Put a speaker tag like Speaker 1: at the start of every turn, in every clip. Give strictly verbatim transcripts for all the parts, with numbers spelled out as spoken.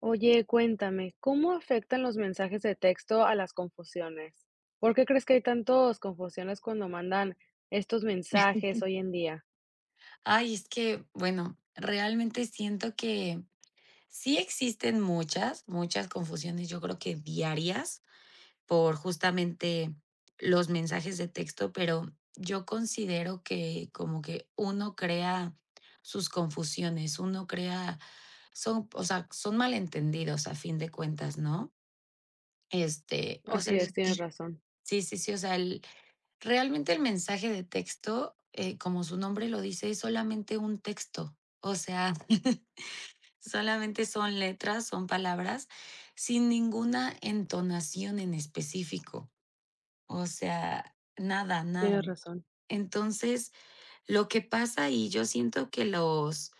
Speaker 1: Oye, cuéntame, ¿cómo afectan los mensajes de texto a las confusiones? ¿Por qué crees que hay tantas confusiones cuando mandan estos mensajes hoy en día?
Speaker 2: Ay, es que, bueno, realmente siento que sí existen muchas, muchas confusiones, yo creo que diarias por justamente los mensajes de texto, pero yo considero que como que uno crea sus confusiones, uno crea, son, o sea, son malentendidos a fin de cuentas, ¿no? Este, o sea,
Speaker 1: Así es,
Speaker 2: el-
Speaker 1: tienes razón,
Speaker 2: sí, sí, sí, o sea, realmente el mensaje de texto, eh, como su nombre lo dice, es solamente un texto. O sea, solamente son letras, son palabras, sin ninguna entonación en específico. O sea, nada, nada.
Speaker 1: tienes razón.
Speaker 2: Entonces, lo que pasa y yo siento que los,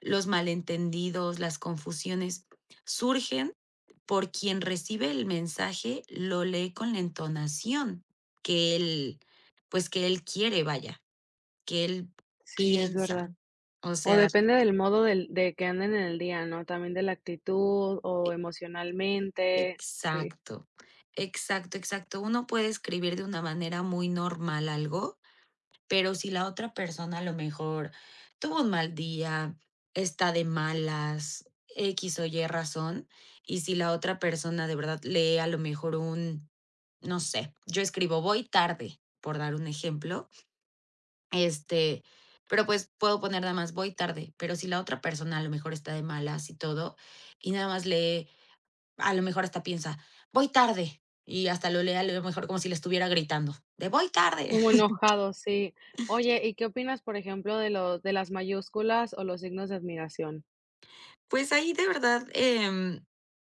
Speaker 2: los malentendidos, las confusiones surgen por quien recibe el mensaje, lo lee con la entonación que él, pues que él quiere, vaya que él
Speaker 1: Sí, es verdad.
Speaker 2: piensa. O
Speaker 1: O
Speaker 2: sea,
Speaker 1: depende del modo del, de que anden en el día, ¿no? También de la actitud o emocionalmente, sí.
Speaker 2: exacto, exacto, exacto. Uno puede escribir de una manera muy normal algo, pero si la otra persona a lo mejor tuvo un mal día, está de malas, X o Y razón, y si la otra persona de verdad lee a lo mejor un, no sé, yo escribo voy tarde, por dar un ejemplo. Este, pero, pues, puedo poner nada más: "Voy tarde", pero si la otra persona a lo mejor está de malas y todo, y nada más lee, a lo mejor hasta piensa: "Voy tarde", y hasta lo lee a lo mejor como si le estuviera gritando, de: "Voy tarde".
Speaker 1: Como enojados, sí. Oye, ¿y qué opinas, por ejemplo, de los de las mayúsculas o los signos de admiración?
Speaker 2: Pues ahí de verdad, em,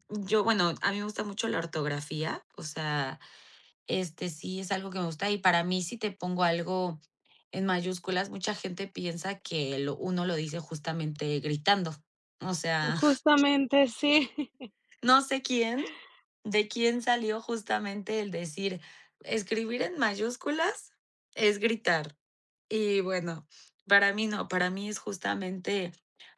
Speaker 2: yo, bueno, a mí me gusta mucho la ortografía, o sea, este, sí es algo que me gusta y para mí si te pongo algo en mayúsculas, mucha gente piensa que lo uno lo dice justamente gritando. O sea,
Speaker 1: Justamente, sí.
Speaker 2: no sé quién. ¿De quién salió justamente el decir, escribir en mayúsculas es gritar? Y bueno, para mí no, para mí es justamente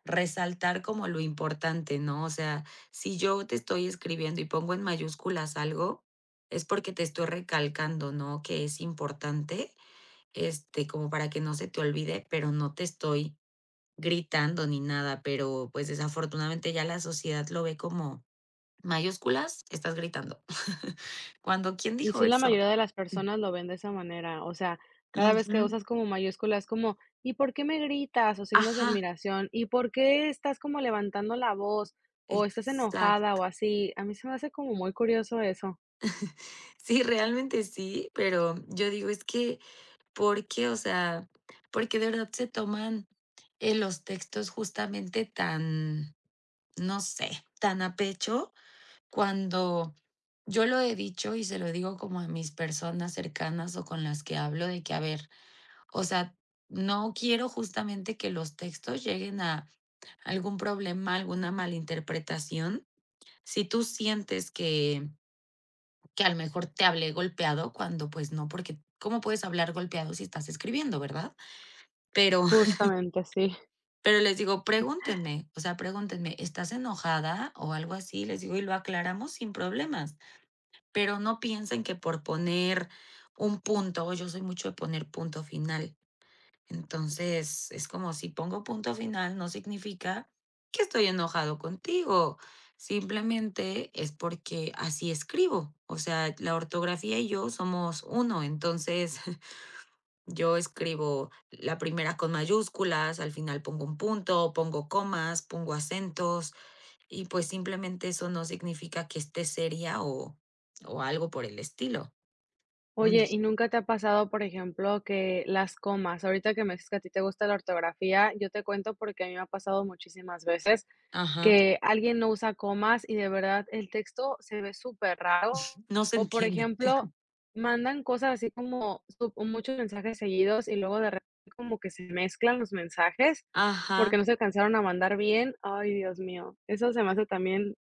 Speaker 2: resaltar como lo importante, ¿no? O sea, si yo te estoy escribiendo y pongo en mayúsculas algo, es porque te estoy recalcando, ¿no? Que es importante, este, como para que no se te olvide, pero no te estoy gritando ni nada, pero pues desafortunadamente ya la sociedad lo ve como "Mayúsculas, estás gritando". Cuando, ¿quién
Speaker 1: Y
Speaker 2: dijo
Speaker 1: sí, la
Speaker 2: eso?
Speaker 1: mayoría de las personas lo ven de esa manera, o sea, cada vez que
Speaker 2: Ujú.
Speaker 1: usas como mayúsculas, como, ¿y por qué me gritas? O signos de
Speaker 2: Ajá,
Speaker 1: admiración, ¿y por qué estás como levantando la voz? O estás enojada
Speaker 2: exacto.
Speaker 1: o así. A mí se me hace como muy curioso eso.
Speaker 2: Sí, realmente sí, pero yo digo, es que, ¿por qué? O sea, porque de verdad se toman, eh, los textos justamente tan, no sé, tan a pecho, cuando yo lo he dicho y se lo digo como a mis personas cercanas o con las que hablo de que, a ver, o sea, no quiero justamente que los textos lleguen a algún problema, alguna malinterpretación. Si tú sientes que que a lo mejor te hablé golpeado cuando, pues, no, porque, ¿cómo puedes hablar golpeado si estás escribiendo, verdad? Pero
Speaker 1: Justamente, sí.
Speaker 2: pero les digo, pregúntenme, o sea, pregúntenme, ¿estás enojada o algo así? Les digo, y lo aclaramos sin problemas, pero no piensen que por poner un punto, yo soy mucho de poner punto final. Entonces, es como si pongo punto final, no significa que estoy enojado contigo, simplemente es porque así escribo. O sea, la ortografía y yo somos uno, entonces yo escribo la primera con mayúsculas, al final pongo un punto, pongo comas, pongo acentos y pues simplemente eso no significa que esté seria o, o algo por el estilo. Mm.
Speaker 1: Oye, ¿y nunca te ha pasado, por ejemplo, que las comas? Ahorita que me dices que a ti te gusta la ortografía, yo te cuento porque a mí me ha pasado muchísimas veces
Speaker 2: Ajá,
Speaker 1: que alguien no usa comas y de verdad el texto se ve súper raro.
Speaker 2: no se
Speaker 1: O, por
Speaker 2: entiende.
Speaker 1: ejemplo, mandan cosas así como sup muchos mensajes seguidos y luego de repente como que se mezclan los mensajes
Speaker 2: Ajá.
Speaker 1: porque no se alcanzaron a mandar bien. Ay, Dios mío, eso se me hace también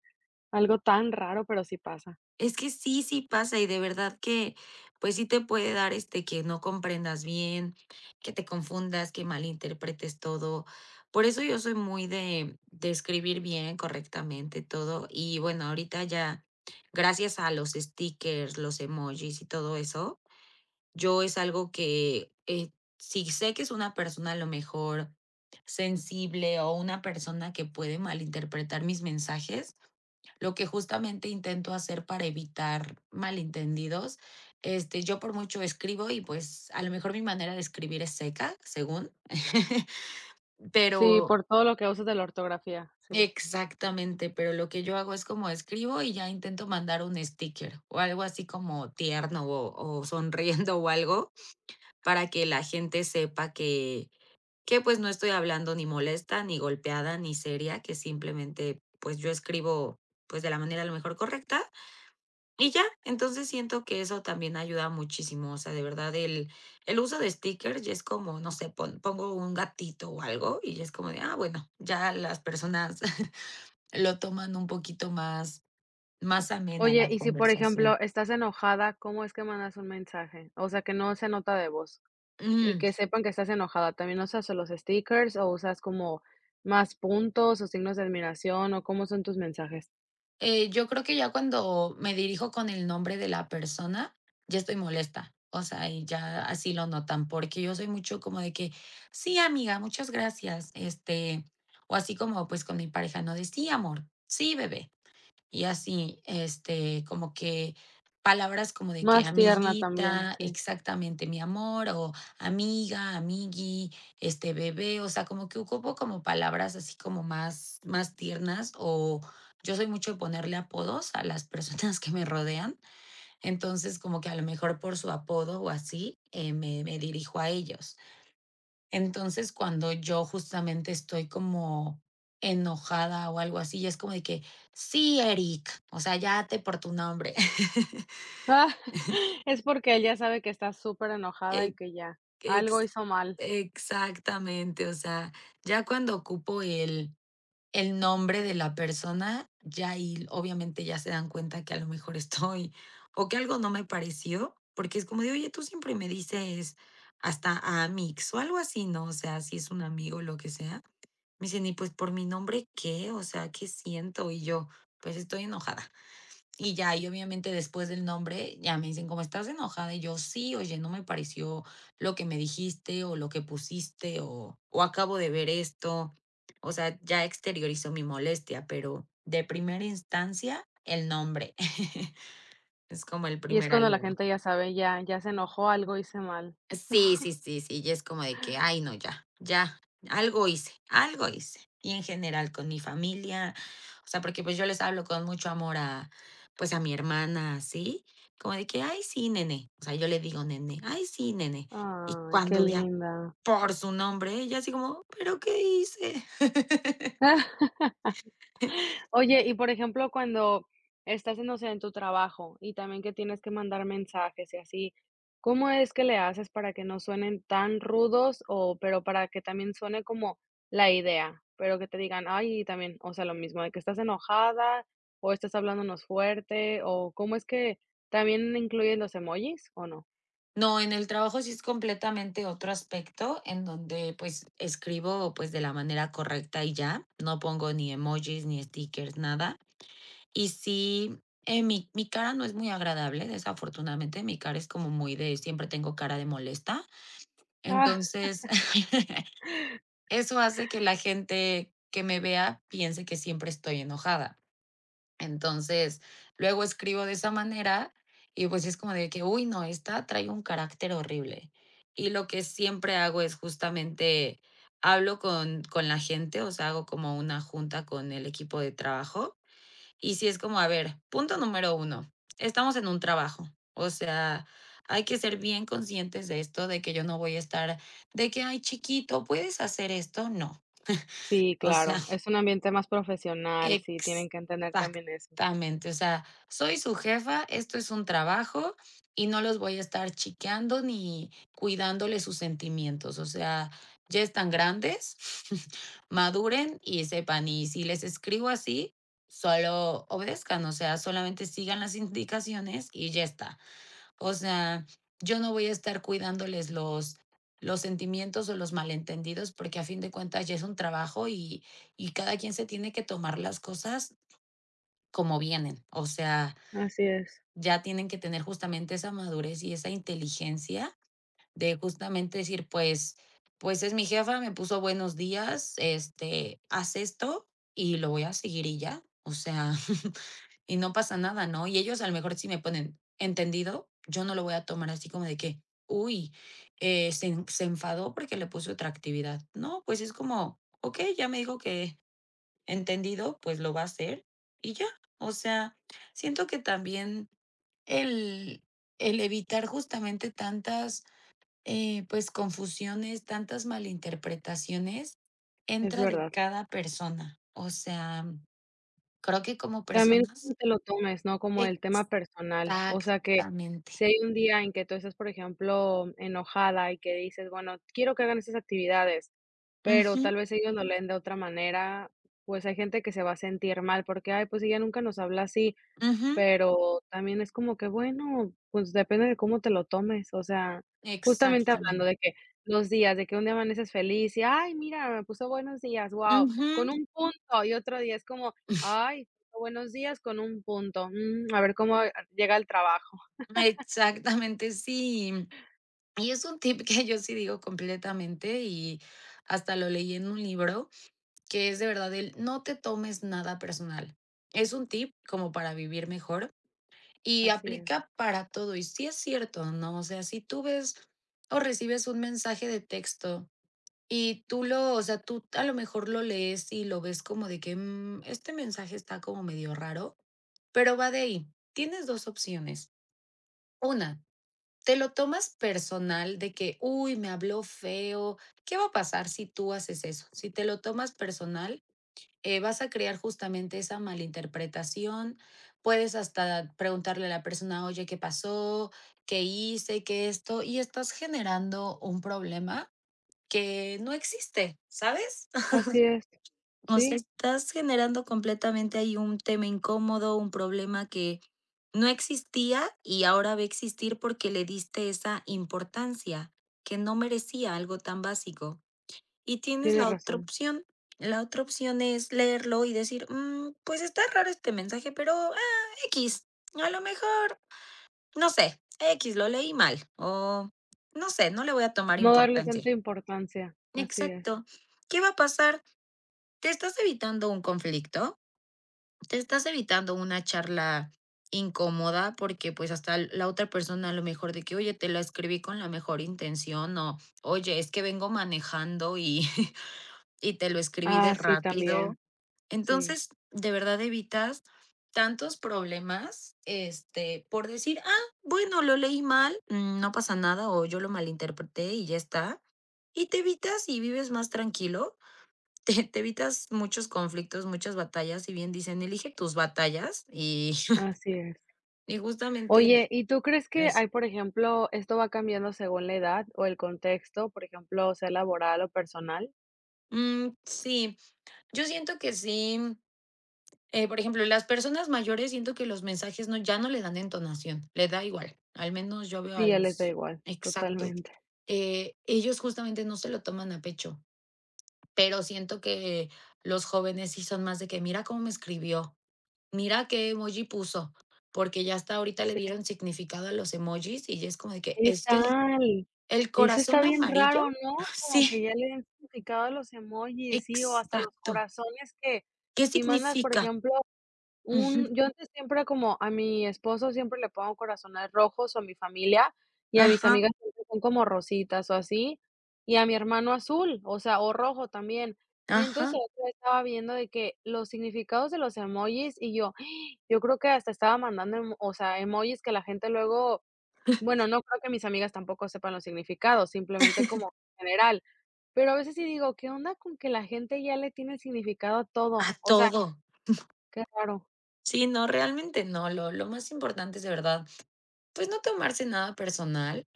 Speaker 1: algo tan raro, pero sí pasa.
Speaker 2: Es que sí, sí pasa y de verdad que, pues sí te puede dar, este, que no comprendas bien, que te confundas, que malinterpretes todo. Por eso yo soy muy de, de escribir bien, correctamente todo. Y bueno, ahorita ya, gracias a los stickers, los emojis y todo eso, yo es algo que eh, si sé que es una persona a lo mejor sensible o una persona que puede malinterpretar mis mensajes, lo que justamente intento hacer para evitar malentendidos. Este, yo por mucho escribo y pues a lo mejor mi manera de escribir es seca, según,
Speaker 1: Sí,
Speaker 2: pero
Speaker 1: por todo lo que usas de la ortografía, sí.
Speaker 2: exactamente, pero lo que yo hago es como escribo y ya intento mandar un sticker o algo así como tierno o, o sonriendo o algo para que la gente sepa que, que pues no estoy hablando ni molesta, ni golpeada, ni seria, que simplemente pues yo escribo pues de la manera a lo mejor correcta. Y ya, entonces siento que eso también ayuda muchísimo, o sea, de verdad el el uso de stickers ya es como, no sé, pon pongo un gatito o algo y ya es como de, ah, bueno, ya las personas lo toman un poquito más, más amena
Speaker 1: Oye,
Speaker 2: la
Speaker 1: y si, por
Speaker 2: conversación.
Speaker 1: ejemplo, estás enojada, ¿cómo es que mandas un mensaje? O sea, que no se nota de voz. Y
Speaker 2: Ujú.
Speaker 1: que sepan que estás enojada, ¿también usas solo los stickers o usas como más puntos o signos de admiración o cómo son tus mensajes?
Speaker 2: Eh, yo creo que ya cuando me dirijo con el nombre de la persona, ya estoy molesta. O sea, y ya así lo notan, porque yo soy mucho como de que, sí, amiga, muchas gracias. Este, o así como pues con mi pareja, no de sí, amor, sí, bebé. Y así, este, como que palabras como de que
Speaker 1: Más tierna también,
Speaker 2: amiguita,
Speaker 1: sí.
Speaker 2: exactamente, mi amor, o amiga, amigui, este bebé, o sea, como que ocupo como palabras así como más, más tiernas o yo soy mucho de ponerle apodos a las personas que me rodean, entonces como que a lo mejor por su apodo o así, eh, me, me dirijo a ellos. Entonces, cuando yo justamente estoy como enojada o algo así, ya es como de que, sí, Eric, o sea, ya te por tu nombre.
Speaker 1: Ah, es porque él ya sabe que estás enojada y
Speaker 2: E-
Speaker 1: que ya, algo
Speaker 2: ex-
Speaker 1: hizo mal.
Speaker 2: exactamente, o sea, ya cuando ocupo el, el nombre de la persona, ya ahí obviamente ya se dan cuenta que a lo mejor estoy o que algo no me pareció, porque es como de, oye, tú siempre me dices hasta Amix o algo así, ¿no? O sea, si es un amigo, lo que sea. Me dicen: "¿Y pues por mi nombre qué? O sea, ¿qué siento?". Y yo: "Pues estoy enojada". Y ya, y obviamente después del nombre ya me dicen cómo "¿Estás enojada?". Y yo: "Sí, oye, no me pareció lo que me dijiste o lo que pusiste o o acabo de ver esto". O sea, ya exteriorizo mi molestia, pero de primera instancia, el nombre es como el
Speaker 1: Y es
Speaker 2: primer
Speaker 1: cuando la
Speaker 2: aliado.
Speaker 1: gente ya sabe, ya ya se enojó, algo hice mal.
Speaker 2: Sí, sí, sí, sí. Y es como de que, ay, no, ya, ya, algo hice, algo hice. Y en general con mi familia, o sea, porque pues yo les hablo con mucho amor a, pues a mi hermana, así, como de que, ay, sí, nene, o sea, yo le digo nene, ay, sí, nene. Y
Speaker 1: Ay, qué
Speaker 2: cuando ya
Speaker 1: linda.
Speaker 2: por su nombre, ella así como, pero ¿qué hice?
Speaker 1: Oye, y por ejemplo, cuando estás, en, no sé, en tu trabajo y también que tienes que mandar mensajes y así, ¿cómo es que le haces para que no suenen tan rudos o pero para que también suene como la idea, pero que te digan, ay, y también, o sea, lo mismo, de que estás enojada o estás hablándonos fuerte o cómo es que también incluyen los emojis o no?
Speaker 2: No, en el trabajo sí es completamente otro aspecto en donde pues escribo pues de la manera correcta y ya, no pongo ni emojis ni stickers, nada. Y sí, eh, mi mi cara no es muy agradable, desafortunadamente, mi cara es como muy de siempre tengo cara de molesta.
Speaker 1: Ah,
Speaker 2: Entonces, eso hace que la gente que me vea piense que siempre estoy enojada. Entonces, luego escribo de esa manera y, pues, es como de que: "Uy, no, esta trae un carácter horrible". Y lo que siempre hago es justamente hablo con con la gente, o sea, hago como una junta con el equipo de trabajo y si es como, a ver, punto número uno, estamos en un trabajo, o sea, hay que ser bien conscientes de esto, de que yo no voy a estar de que: "Ay, chiquito, ¿puedes hacer esto?". No,
Speaker 1: sí,
Speaker 2: o sea,
Speaker 1: claro, es un ambiente más profesional, sí, tienen que entender también eso.
Speaker 2: exactamente, o sea, soy su jefa, esto es un trabajo y no los voy a estar chiqueando ni cuidándole sus sentimientos, o sea, ya están grandes, maduren y sepan, y si les escribo así, solo obedezcan, o sea, solamente sigan las indicaciones y ya está. O sea, yo no voy a estar cuidándoles los los sentimientos o los malentendidos, porque a fin de cuentas ya es un trabajo y y cada quien se tiene que tomar las cosas como vienen. O sea,
Speaker 1: Así es,
Speaker 2: ya tienen que tener justamente esa madurez y esa inteligencia de justamente decir, pues pues es mi jefa, me puso buenos días, este, haz esto y lo voy a seguir y ya. O sea, y no pasa nada, ¿no? Y ellos a lo mejor si me ponen entendido, yo no lo voy a tomar así como de que, uy, eh, se, en- se enfadó porque le puse otra actividad. No, pues es como, ok, ya me dijo que entendido, pues lo va a hacer y ya. O sea, siento que también el, el evitar justamente tantas, eh, pues, confusiones, tantas malinterpretaciones,
Speaker 1: es
Speaker 2: entra de
Speaker 1: verdad.
Speaker 2: cada persona. O sea, creo que como
Speaker 1: También
Speaker 2: personas.
Speaker 1: cómo te lo tomes, ¿no? Como
Speaker 2: eh,
Speaker 1: el tema personal. O sea, que si
Speaker 2: Exactamente.
Speaker 1: hay un día en que tú estás, por ejemplo, enojada y que dices, bueno, quiero que hagan esas actividades, pero
Speaker 2: Ujú,
Speaker 1: tal vez ellos lo leen de otra manera, pues hay gente que se va a sentir mal porque, ay, pues ella nunca nos habla así.
Speaker 2: ujú,
Speaker 1: Pero también es como que, bueno, pues depende de cómo te lo tomes, o sea, justamente hablando
Speaker 2: exactamente.
Speaker 1: de que los días, de que un día amaneces feliz y, ay, mira, me puso buenos días, wow, con
Speaker 2: Ujú,
Speaker 1: un punto, y otro día es como, ay, puso buenos días con un punto, mm, a ver cómo llega el trabajo.
Speaker 2: exactamente, sí. Y es un tip que yo sí digo completamente, y hasta lo leí en un libro, que es de verdad el no te tomes nada personal. Es un tip como para vivir mejor y
Speaker 1: Así es,
Speaker 2: aplica para todo. Y sí es cierto, ¿no? O sea, si tú ves o recibes un mensaje de texto, y tú lo, o sea, tú a lo mejor lo lees y lo ves como de que: "Mm, este mensaje está como medio raro", pero va de ahí. Tienes dos opciones. Una, te lo tomas personal de que, uy, me habló feo. ¿Qué va a pasar si tú haces eso? Si te lo tomas personal, eh, vas a crear justamente esa malinterpretación. Puedes hasta preguntarle a la persona, oye, ¿qué pasó? ¿Qué hice? ¿Qué esto? Y estás generando un problema que no existe, ¿sabes?
Speaker 1: así es.
Speaker 2: O sea,
Speaker 1: Sí,
Speaker 2: estás generando completamente ahí un tema incómodo, un problema que no existía y ahora va a existir porque le diste esa importancia que no merecía algo tan básico. Y tienes la,
Speaker 1: tienes
Speaker 2: claro, otra
Speaker 1: razón.
Speaker 2: opción. La otra opción es leerlo y decir: "Mm, pues está raro este mensaje, pero ah, X, a lo mejor, no sé, X, lo leí mal o no sé, no le voy a tomar
Speaker 1: No darle
Speaker 2: importancia".
Speaker 1: tanta importancia, así es.
Speaker 2: Exacto. ¿Qué va a pasar? ¿Te estás evitando un conflicto? Te estás evitando una charla incómoda porque pues hasta l- la otra persona a lo mejor de que, oye, te la escribí con la mejor intención o, oye, es que vengo manejando y, y te lo escribí de
Speaker 1: Ah, sí, también,
Speaker 2: rápido.
Speaker 1: sí,
Speaker 2: Entonces, de verdad evitas tantos problemas, este, por decir, ah, bueno, lo leí mal, mm, no pasa nada o yo lo malinterpreté y ya está. Y te evitas y vives más tranquilo, te te evitas muchos conflictos, muchas batallas, si bien dicen: "Elige tus batallas", y
Speaker 1: así es.
Speaker 2: y justamente
Speaker 1: Oye, ¿y tú crees que
Speaker 2: es.
Speaker 1: hay, por ejemplo, esto va cambiando según la edad o el contexto, por ejemplo, sea laboral o personal?
Speaker 2: Mm, sí, yo siento que sí, eh, por ejemplo, las personas mayores siento que los mensajes no ya no le dan entonación, le da igual, al menos yo veo
Speaker 1: Sí,
Speaker 2: a
Speaker 1: ya les da
Speaker 2: los.
Speaker 1: igual,
Speaker 2: Exacto,
Speaker 1: totalmente.
Speaker 2: eh, ellos justamente no se lo toman a pecho, pero siento que los jóvenes sí son más de que: "Mira cómo me escribió". Mira qué emoji puso, porque ya hasta ahorita le
Speaker 1: Sí.
Speaker 2: dieron significado a los emojis y ya es como de que
Speaker 1: ¿Qué
Speaker 2: es que
Speaker 1: tal?
Speaker 2: el
Speaker 1: Eso está
Speaker 2: corazón
Speaker 1: bien raro,
Speaker 2: amarillo.
Speaker 1: ¿no? Como que
Speaker 2: Sí,
Speaker 1: ya le han significado a los emojis, sí, o hasta los
Speaker 2: exacto.
Speaker 1: corazones que
Speaker 2: ¿Qué
Speaker 1: si mandas, por
Speaker 2: significa?
Speaker 1: ejemplo.
Speaker 2: Ujú.
Speaker 1: Un, yo antes siempre como a mi esposo siempre le pongo corazones rojos, o a mi familia, y a mis
Speaker 2: Ajá,
Speaker 1: amigas siempre son como rositas o así, y a mi hermano azul, o sea, o rojo también. Y entonces,
Speaker 2: ajá,
Speaker 1: el otro día estaba viendo de que los significados de los emojis, y yo yo creo que hasta estaba mandando emo o sea, emojis que la gente luego, bueno, no creo que mis amigas tampoco sepan los significados, simplemente como general. Pero a veces sí digo, ¿qué onda con que la gente ya le tiene significado a todo?
Speaker 2: a
Speaker 1: O sea,
Speaker 2: todo.
Speaker 1: qué raro.
Speaker 2: Sí, no, realmente no. Lo, lo más importante es de verdad. Pues no tomarse nada personal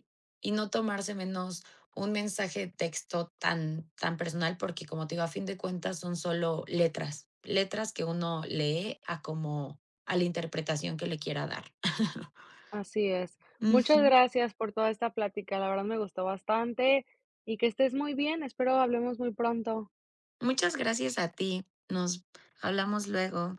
Speaker 2: y no tomarse menos un mensaje de texto tan, tan personal, porque como te digo, a fin de cuentas son solo letras, letras que uno lee a como a la interpretación que le quiera dar.
Speaker 1: Así es. Muchas
Speaker 2: Ujú.
Speaker 1: gracias por toda esta plática. La verdad me gustó bastante y que estés muy bien. Espero hablemos muy pronto.
Speaker 2: Muchas gracias a ti. Nos hablamos luego.